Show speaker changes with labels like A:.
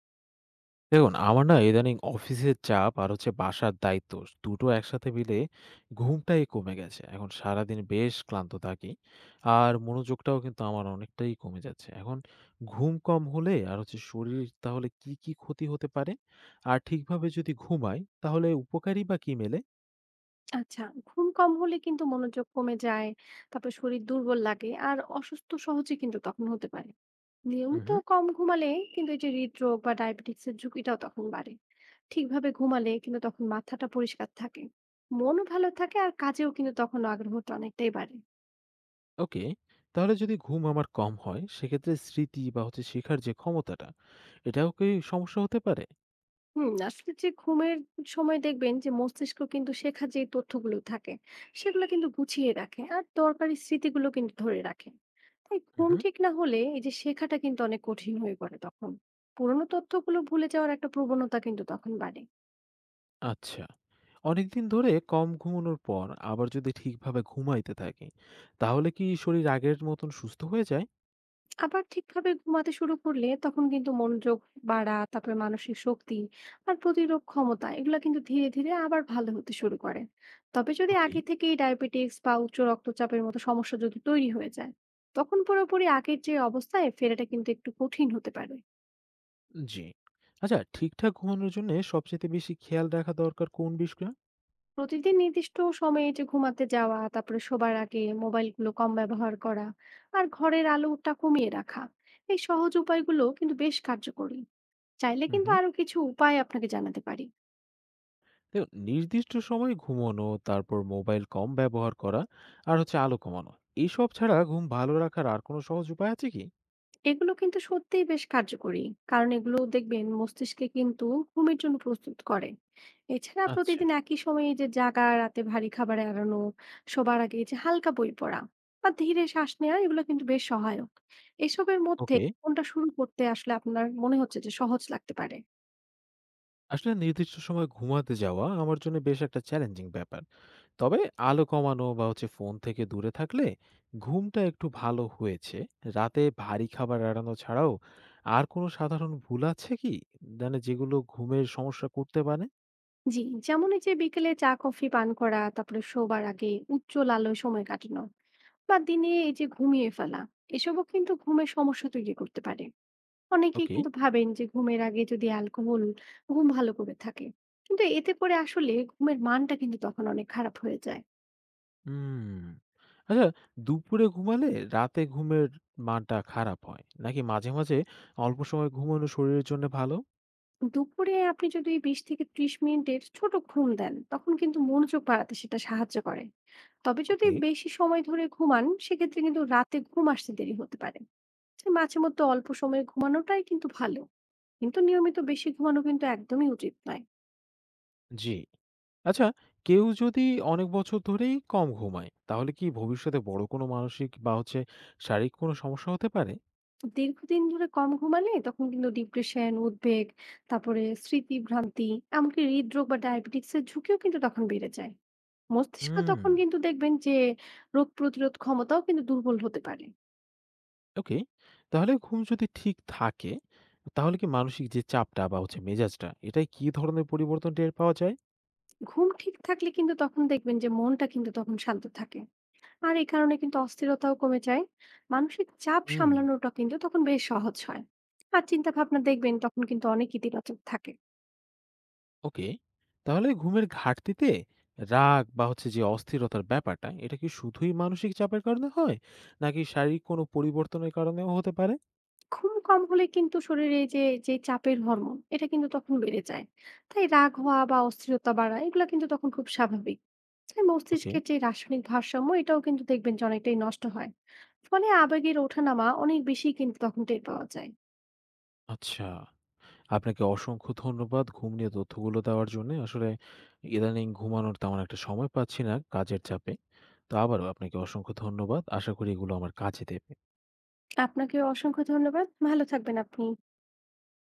A: দেখুন, আমার না ইদানিং অফিসের চাপ আর বাসার দায়িত্ব দুটো একসাথে মিলে ঘুমটাই কমে গেছে। এখন সারাদিন বেশ ক্লান্ত থাকি। আর মনোযোগটাও কিন্তু আমার অনেকটাই কমে যাচ্ছে। এখন ঘুম কম হলে আর শরীর তাহলে কি ক্ষতি হতে পারে? আর ঠিকভাবে যদি ঘুমাই তাহলে উপকারই বা কি মেলে?
B: আচ্ছা, ঘুম কম হলে কিন্তু মনোযোগ কমে যায়, তারপর শরীর দুর্বল লাগে আর অসুস্থ সহজে কিন্তু তখন হতে পারে। নিয়মিত
A: উহু,
B: কম ঘুমালে কিন্তু এই যে হৃদরোগ বা ডায়াবেটিক্সের ঝুঁকিটাও তখন বাড়ে। ঠিকভাবে ঘুমালে কিন্তু তখন মাথাটা পরিষ্কার থাকে, মনও ভালো থাকে আর কাজেও কিন্তু তখন আগ্রহটা অনেকটাই বাড়ে।
A: ওকে। তাহলে যদি ঘুম আমার কম হয় সেক্ষেত্রে স্মৃতি বা শেখার যে ক্ষমতাটা এটাও কি সমস্যা হতে পারে?
B: আসলে যে ঘুমের সময় দেখবেন যে মস্তিষ্ক কিন্তু শেখা যে তথ্যগুলো থাকে সেগুলো কিন্তু গুছিয়ে রাখে আর দরকারি স্মৃতিগুলো কিন্তু ধরে রাখে। তাই ঘুম
A: উহু।
B: ঠিক না হলে এই যে শেখাটা কিন্তু অনেক কঠিন হয়ে পড়ে, তখন পুরোনো তথ্যগুলো ভুলে যাওয়ার একটা প্রবণতা কিন্তু তখন বাড়ে।
A: আচ্ছা। অনেকদিন ধরে কম ঘুমানোর পর আবার যদি ঠিকভাবে ঘুমাইতে থাকি, তাহলে কি শরীর আগের মতন সুস্থ হয়ে যায়?
B: আবার ঠিকভাবে ঘুমাতে শুরু করলে তখন কিন্তু মনোযোগ বাড়া, তারপরে মানসিক শক্তি আর প্রতিরোধ ক্ষমতা এগুলো কিন্তু ধীরে ধীরে আবার ভালো হতে শুরু করে। তবে যদি
A: ওকে।
B: আগে থেকেই ডায়াবেটিস বা উচ্চ রক্তচাপের মতো সমস্যা যদি তৈরি হয়ে যায়, তখন পুরোপুরি আগের যে অবস্থায় ফেরাটা কিন্তু একটু কঠিন হতে পারে।
A: জি। আচ্ছা, ঠিকঠাক ঘুমানোর জন্যে সবচাইতে বেশি খেয়াল রাখা দরকার কোন বিষয়ে?
B: প্রতিদিন নির্দিষ্ট সময়ে যে ঘুমাতে যাওয়া, তারপরে শোবার আগে মোবাইলগুলো কম ব্যবহার করা, আর ঘরের আলোটা কমিয়ে রাখা, এই সহজ উপায়গুলো কিন্তু বেশ কার্যকরী। চাইলে
A: হুম,
B: কিন্তু
A: হুম।
B: আরো কিছু উপায় আপনাকে জানাতে পারি।
A: দেখুন, নির্দিষ্ট সময়ে ঘুমানো, তারপর মোবাইল কম ব্যবহার করা, আর আলো কমানো। এসব ছাড়া ঘুম ভালো রাখার আর কোনো সহজ উপায় আছে কি?
B: এগুলো কিন্তু সত্যিই বেশ কার্যকরী, কারণ এগুলো দেখবেন মস্তিষ্কে কিন্তু ঘুমের জন্য প্রস্তুত করে। এছাড়া
A: আচ্ছা।
B: প্রতিদিন একই সময়ে এই যে জাগা, রাতে ভারী খাবার এড়ানো, সবার আগে এই যে হালকা বই পড়া বা ধীরে শ্বাস নেওয়া, এগুলো কিন্তু বেশ সহায়ক। এসবের মধ্যে
A: ওকে।
B: কোনটা শুরু করতে আসলে আপনার মনে হচ্ছে যে সহজ লাগতে পারে?
A: আসলে নির্দিষ্ট সময়ে ঘুমাতে যাওয়া আমার জন্য বেশ একটা চ্যালেঞ্জিং ব্যাপার। তবে আলো কমানো বা ফোন থেকে দূরে থাকলে ঘুমটা একটু ভালো হয়েছে। রাতে ভারী খাবার এড়ানো ছাড়াও আর কোনো সাধারণ ভুল আছে কি, মানে যেগুলো ঘুমের সমস্যা করতে পারে?
B: জি, যেমন এই যে বিকেলে চা কফি পান করা, তারপরে শোবার আগে উচ্চ আলোয় সময় কাটানো, বা দিনে এই যে ঘুমিয়ে ফেলা, এসবও কিন্তু ঘুমের সমস্যা তৈরি করতে পারে। অনেকেই
A: ওকে।
B: কিন্তু ভাবেন যে ঘুমের আগে যদি অ্যালকোহল ঘুম ভালো করে থাকে, কিন্তু এতে করে আসলে ঘুমের মানটা কিন্তু তখন অনেক খারাপ হয়ে যায়।
A: হুম। আচ্ছা, দুপুরে ঘুমালে রাতে ঘুমের মানটা খারাপ হয়, নাকি মাঝে মাঝে অল্প সময় ঘুমানো শরীরের জন্য ভালো?
B: দুপুরে আপনি যদি 20 থেকে 30 মিনিটের ছোট ঘুম দেন, তখন কিন্তু মনোযোগ বাড়াতে সেটা সাহায্য করে। তবে যদি
A: ওকে।
B: বেশি সময় ধরে ঘুমান, সেক্ষেত্রে কিন্তু রাতে ঘুম আসতে দেরি হতে পারে। তাই মাঝে মধ্যে অল্প সময়ে ঘুমানোটাই কিন্তু ভালো, কিন্তু নিয়মিত বেশি ঘুমানো কিন্তু একদমই উচিত নয়।
A: জি। আচ্ছা, কেউ যদি অনেক বছর ধরেই কম ঘুমায় তাহলে কি ভবিষ্যতে বড় কোনো মানসিক বা শারীরিক কোনো সমস্যা হতে পারে?
B: দীর্ঘদিন ধরে কম ঘুমালে তখন কিন্তু ডিপ্রেশন, উদ্বেগ, তারপরে স্মৃতিভ্রান্তি, এমনকি হৃদরোগ বা ডায়াবেটিসের ঝুঁকিও কিন্তু তখন বেড়ে যায়। মস্তিষ্ক
A: হুম,
B: তখন কিন্তু দেখবেন যে রোগ প্রতিরোধ ক্ষমতাও কিন্তু দুর্বল হতে পারে।
A: ওকে। তাহলে ঘুম যদি ঠিক থাকে, তাহলে কি মানসিক যে চাপটা বা মেজাজটা, এটায় কি ধরনের পরিবর্তন টের পাওয়া যায়?
B: ঘুম ঠিক থাকলে কিন্তু তখন দেখবেন যে মনটা কিন্তু তখন শান্ত থাকে, আর এই কারণে কিন্তু অস্থিরতাও কমে যায়। মানসিক চাপ
A: হুম।
B: সামলানোটা কিন্তু তখন বেশ সহজ হয়, আর চিন্তা ভাবনা দেখবেন তখন কিন্তু অনেক ইতিবাচক থাকে।
A: ওকে। তাহলে ঘুমের ঘাটতিতে রাগ বা যে অস্থিরতার ব্যাপারটা, এটা কি শুধুই মানসিক চাপের কারণে হয়? নাকি শারীরিক কোনো পরিবর্তনের কারণেও হতে পারে?
B: ঘুম কম হলে কিন্তু শরীরে এই যে যে চাপের হরমোন, এটা কিন্তু তখন বেড়ে যায়। তাই রাগ হওয়া বা অস্থিরতা বাড়া, এগুলো কিন্তু তখন খুব স্বাভাবিক। তাই
A: ওকে,
B: মস্তিষ্কের যে রাসায়নিক ভারসাম্য, এটাও কিন্তু দেখবেন যে অনেকটাই নষ্ট হয়, ফলে আবেগের ওঠানামা অনেক বেশি কিন্তু তখন টের পাওয়া যায়।
A: আচ্ছা। আপনাকে অসংখ্য ধন্যবাদ ঘুম নিয়ে তথ্যগুলো দেওয়ার জন্যে। আসলে ইদানিং ঘুমানোর তেমন একটা সময় পাচ্ছি না কাজের চাপে। তো আবারও আপনাকে অসংখ্য ধন্যবাদ। আশা করি এগুলো আমার কাজে দেবে।
B: আপনাকে অসংখ্য ধন্যবাদ, ভালো থাকবেন আপনি।